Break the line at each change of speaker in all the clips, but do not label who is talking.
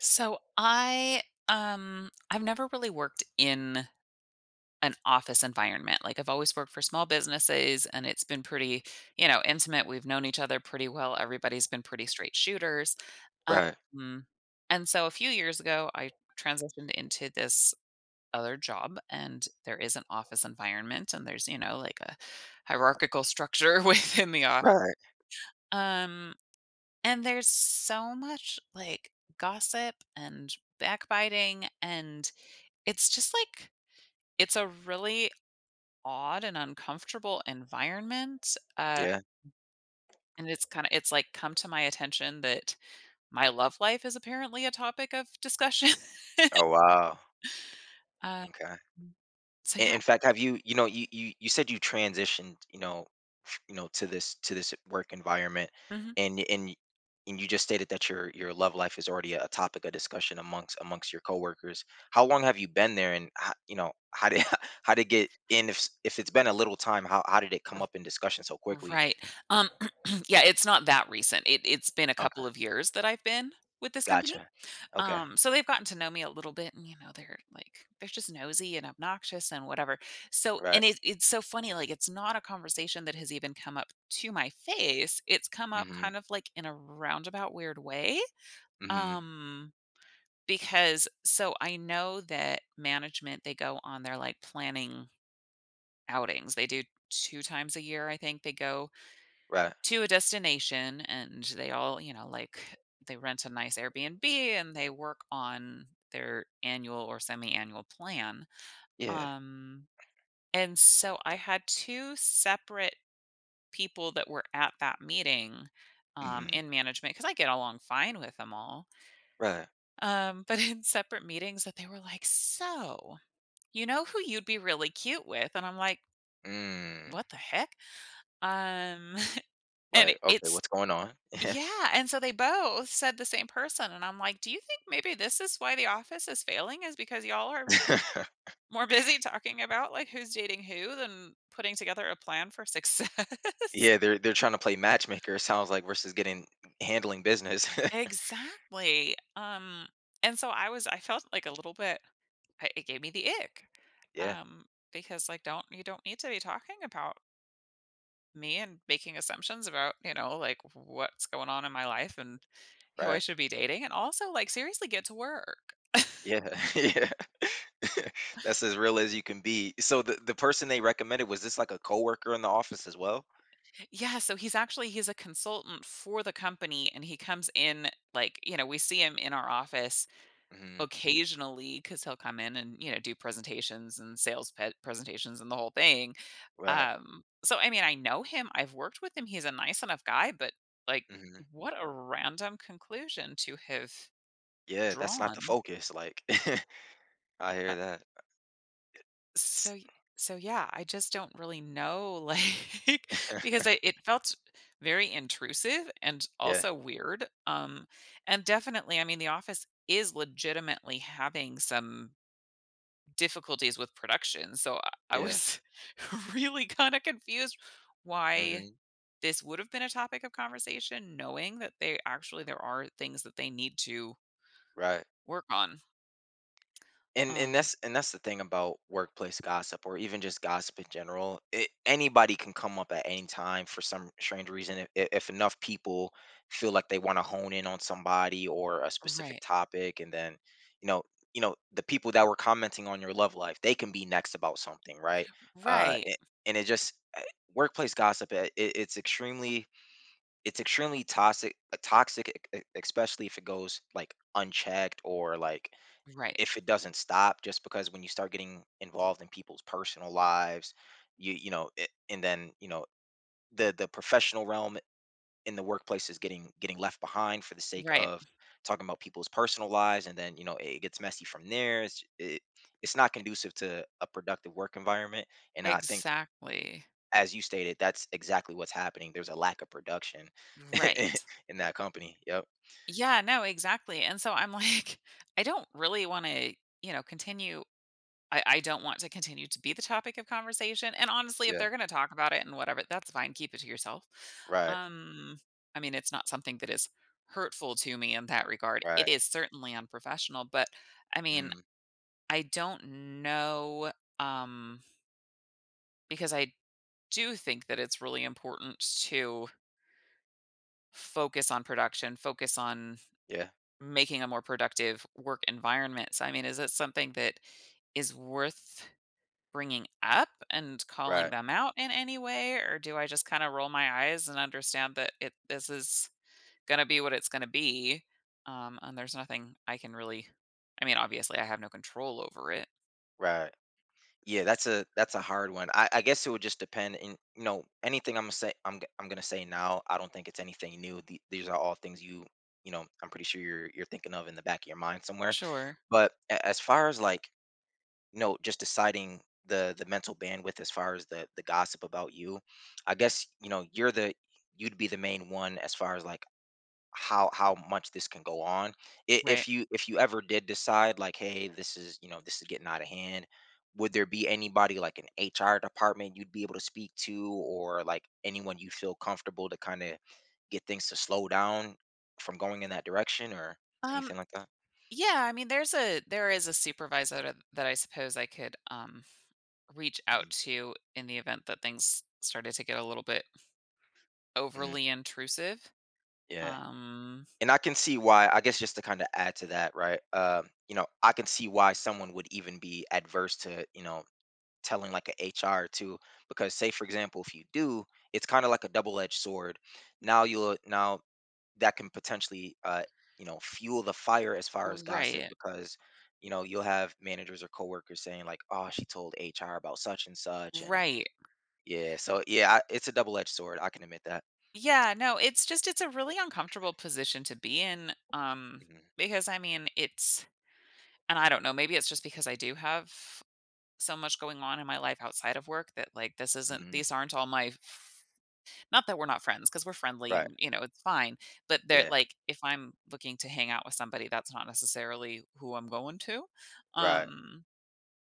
So I've never really worked in an office environment. Like I've always worked for small businesses and it's been pretty, intimate. We've known each other pretty well. Everybody's been pretty straight shooters.
Right,
Um and so a few years ago I transitioned into this other job, and there is an office environment, and there's, you know, like a hierarchical structure within the office.
right,
Um and there's so much like gossip and backbiting, and it's just like it's a really odd and uncomfortable environment. Uh,
yeah.
and it's like come to my attention that my love life is apparently a topic of discussion.
Oh, wow,
uh,
okay.
so
In
yeah.
in fact, have you you know, you said you transitioned, to this work environment,
Mhm.
and y- and y- and you just stated that your love life is already a topic of discussion amongst your coworkers. How long have you been there, and how did how did it get in? If it's been a little time, how did it come up in discussion so quickly?
Right. Um, yeah, it's not that recent. It's been a couple
Okay,
of years that I've been with this company.
gotcha. Okay,
So they've gotten to know me a little bit, and you know, they're just nosy and obnoxious and whatever. So
right.
and it, it's so funny, like it's not a conversation that has even come up to my face. It's come up
Mhm,
kind of like in a roundabout weird way.
mhm,
Um, because so I know that management, they go on their like planning outings. They do two times a year, I think, they go
right.
to a destination and they all, you know, like they rent a nice Airbnb and they work on their annual or semi-annual plan.
Yeah,
Um and so I had two separate people that were at that meeting
mhm,
in management, because I get along fine with them all.
right.
But in separate meetings, that they were like, "So, you know who you'd be really cute with?" And I'm like,
Mm.
"What the heck?" Um and
Like, "Okay,
it's
what's going on?"
Yeah, and so they both said the same person, and I'm like, "Do you think maybe this is why The Office is failing, is because y'all are more busy talking about, like, who's dating who than putting together a plan for success?"
Yeah, they're trying to play matchmaker, it sounds like, versus getting handling business.
Exactly. And so I felt like a little bit, I it gave me the ick,
Yeah,
um, because, like, don't you don't need to be talking about me and making assumptions about, you know, like, what's going on in my life and who I
right.
should be dating. And also, like, seriously, get to work.
Yeah, yeah. That's as real as you can be. So the person they recommended, was this like a coworker in the office as well?
Yeah, so he's actually he's a consultant for the company, and he comes in, like, you know, we see him in our office
Mhm,
occasionally, cuz he'll come in and, you know, do presentations and sales pe- presentations and the whole thing.
right,
So I mean, I know him, I've worked with him, he's a nice enough guy, but like,
mhm.
what a random conclusion to have
Yeah, that's not the
drawn.
focus, like, I hear that.
So y so yeah, I just don't really know, like, because I it felt very intrusive and
Yeah,
also weird. And definitely, I mean, the office is legitimately having some difficulties with production, so I
yeah.
was really kinda confused why
Mhm,
this would have been a topic of conversation, knowing that they actually there are things that they need to
right.
work on.
And
Um,
that's the thing about workplace gossip or even just gossip in general, it, anybody can come up at any time for some strange reason if enough people feel like they want to hone in on somebody or a specific
right,
topic. And then you know you know, the people that were commenting on your love life, they can be next about something, right? uh
right,
a- and it just, eh, workplace gossip, eh, it, it's extremely, it's extremely toxic, toxic, especially if it goes like unchecked, or like
right, right,
if it doesn't stop. Just because when you start getting involved in people's personal lives, you know it, and then you know the professional realm in the workplace is getting left behind for the sake
right,
of talking about people's personal lives. And then you know it gets messy from there. It's not conducive to a productive work environment. And I think
exactly.
as you stated, that's exactly what's happening. There's a lack of production
Right.
in that company. Yep,
Yeah, no, exactly. And so I'm like, I don't really want to, you know, continue. I don't want to continue to be the topic of conversation. And honestly, if
yeah,
they're going to talk about it and whatever, that's fine. Keep it to yourself.
right,
Um, I mean, it's not something that is hurtful to me in that regard. It
right,
is certainly unprofessional, but I mean,
mm,
I don't know, um, because I do think that it's really important to focus on production, focus on
yeah,
making a more productive work environment. So, I mean, is it something that is worth bringing up and calling
right,
them out in any way? Or do I just kind of roll my eyes and understand that it this is going to be what it's going to be? And there's nothing I can really, I mean, obviously, I have no control over it.
right. Yeah, that's a, that's a hard one. I guess it would just depend. In you know, anything I'm gonna say, I'm gonna say now. I don't think it's anything new. These are all things you you know. I'm pretty sure you're thinking of in the back of your mind somewhere.
Sure.
But a- as far as like, you know, just deciding the mental bandwidth as far as the gossip about you, I guess you know you're the, you'd be the main one as far as like how much this can go on. I-
Right.
If you, if you ever did decide like, hey, this is, you know, this is getting out of hand, would there be anybody like an HR department you'd be able to speak to, or like anyone you feel comfortable to kind of get things to slow down from going in that direction, or
Um,
anything like that?
yeah, I mean, there is a supervisor that I suppose I could reach out
Mhm.
to in the event that things started to get a little bit
Mhm.
overly intrusive.
Yeah.
Um,
And I can see why, I guess just to kind of add to that, right? You know, I can see why someone would even be adverse to, you know, telling like a HR too, because say for example, if you do, it's kind of like a double-edged sword. Now you'll now that can potentially you know, fuel the fire as far as gossip,
right,
because you know you'll have managers or coworkers saying like, oh, she told HR about such and such, and
right.
yeah, so yeah, I, it's a double-edged sword. I can admit that.
Yeah, no, it's just it's a really uncomfortable position to be in,
Hmm,
because I mean, it's and I don't know, maybe it's just because I do have so much going on in my life outside of work that like this isn't
hmm.
these aren't all my, not that we're not friends, because we're friendly
Right.
and you know it's fine, but they're
Yeah.
like, if I'm looking to hang out with somebody, that's not necessarily who I'm going to.
Right.
um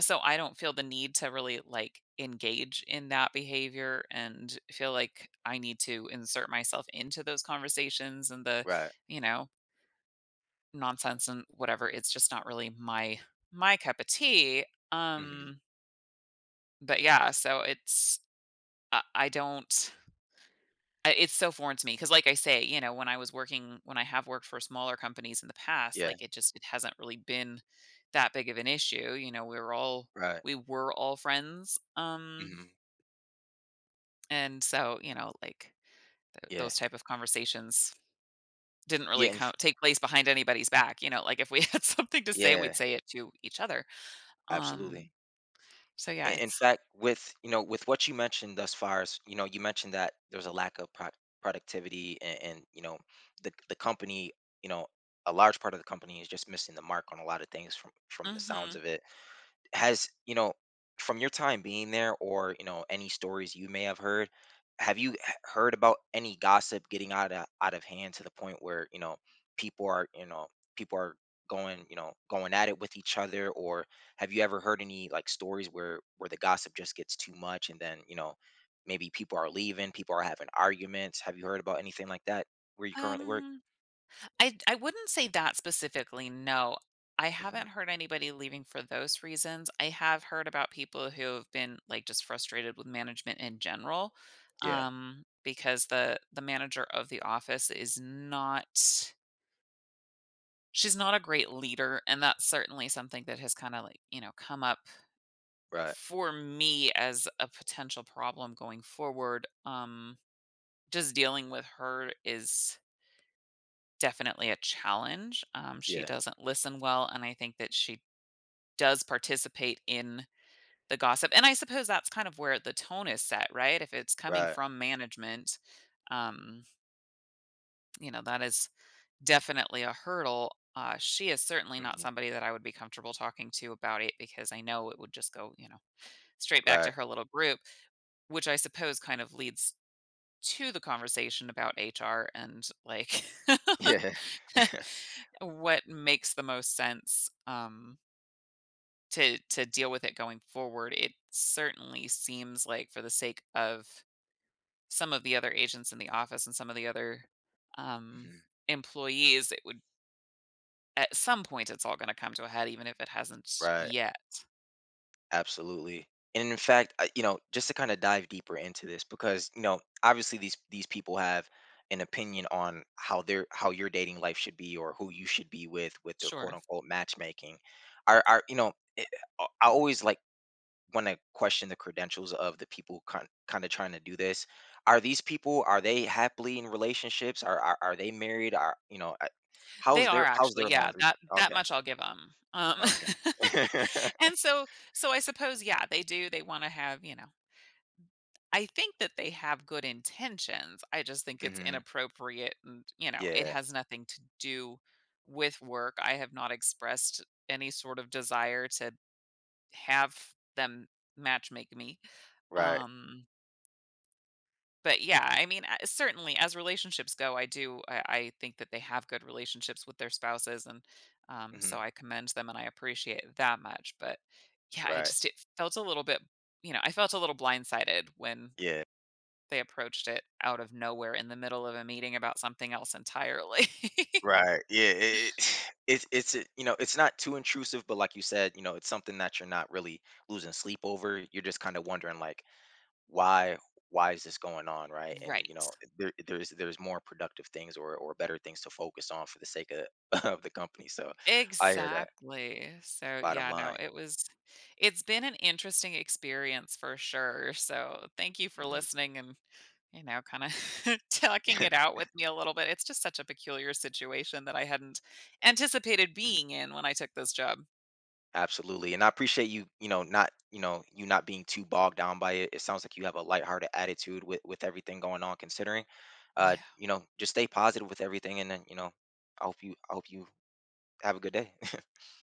So I don't feel the need to really, like, engage in that behavior and feel like I need to insert myself into those conversations and the,
Right.
you know, nonsense and whatever. It's just not really my cup of tea.
Hmm.
Um, but yeah, so it's I don't, it's so foreign to me, because like I say, you know, when I was working when I have worked for smaller companies in the past,
Yeah.
like it just it hasn't really been that big of an issue. You know,
Right.
we were all friends. Um
Hmm.
And so, you know, like, th
Yeah.
those type of conversations didn't
Yeah.
really count take place behind anybody's back. You know, like, if we had something to say,
Yeah.
we'd say it to each other. Um,
Absolutely.
so
I-
yeah,
in
it's
fact, with you know with what you mentioned thus far, is, you know, you mentioned that there's a lack of productivity, and you know the company, you know, a large part of the company is just missing the mark on a lot of things, from the sounds
Mhm.
of it. Has, you know, from your time being there, or you know, any stories you may have heard, have you heard about any gossip getting out of hand, to the point where, you know, people are, you know, people are going, you know, going at it with each other, or have you ever heard any like stories where the gossip just gets too much? And then you know, maybe people are leaving, people are having arguments. Have you heard about anything like that where you currently work?
Um, I wouldn't say that specifically, no. I
Mhm.
haven't heard anybody leaving for those reasons. I have heard about people who have been, like, just frustrated with management in general,
Yeah,
because the manager of the office is not, she's not a great leader, and that's certainly something that has kinda, like, you know, come up
right,
for me as a potential problem going forward. Just dealing with her is definitely a challenge. She
yeah,
doesn't listen well, and I think that she does participate in the gossip, and I suppose that's kind of where the tone is set, right? If it's coming
right,
from management, um, you know, that is definitely a hurdle. She is certainly not
hmm,
somebody that I would be comfortable talking to about it, because I know it would just go, you know, straight back
right,
to her little group, which I suppose kind of leads to the conversation about HR and like
yeah.
what makes the most sense, to deal with it going forward. It certainly seems like for the sake of some of the other agents in the office and some of the other, um, employees, it would at some point, it's all gonna come to a head even if it hasn't
Right.
yet.
Absolutely. And in fact, I, you know, just to kind of dive deeper into this, because you know, obviously these people have an opinion on how their, how your dating life should be or who you should be with their quote
Sure.
unquote matchmaking. Are, you know, I always like want to question the credentials of the people kind of trying to do this. Are these people, are they happily in relationships? Are, are they married? Are you know? I-
They
How's
are
their, how's
actually,
their
yeah,
laundry?
that that
Okay.
much I'll give 'em.
Okay.
And so so I suppose, yeah, they do, they wanna have, you know, I think that they have good intentions, I just think it's
Hmm.
inappropriate, and, you know, it
Yeah.
has nothing to do with work. I have not expressed any sort of desire to have them matchmake me.
Right.
Um But yeah, I mean, I certainly, as relationships go, I think that they have good relationships with their spouses, and,
Mhm.
so I commend them and I appreciate that much, but yeah, I
Right.
just it felt a little bit, you know, I felt a little blindsided when
Yeah.
they approached it out of nowhere in the middle of a meeting about something else entirely.
Right. Yeah. It, it's a, you know, it's not too intrusive, but like you said, you know it's something that you're not really losing sleep over. You're just kind of wondering like why why is this going on, right? And
Right.
you know there's more productive things or better things to focus on for the sake of of the company. So I hear that.
Exactly. So,
Bottom
yeah, no,
line.
it's been an interesting experience for sure. So, thank you for
Hmm.
listening and kinda talking it out with me a little bit. It's just such a peculiar situation that I hadn't anticipated being in when I took this job.
Absolutely. And I appreciate you, you know, not, you know, you not being too bogged down by it. It sounds like you have a lighthearted attitude with everything going on considering. You know, just stay positive with everything, and then, you know, I hope you, I hope you have a good day.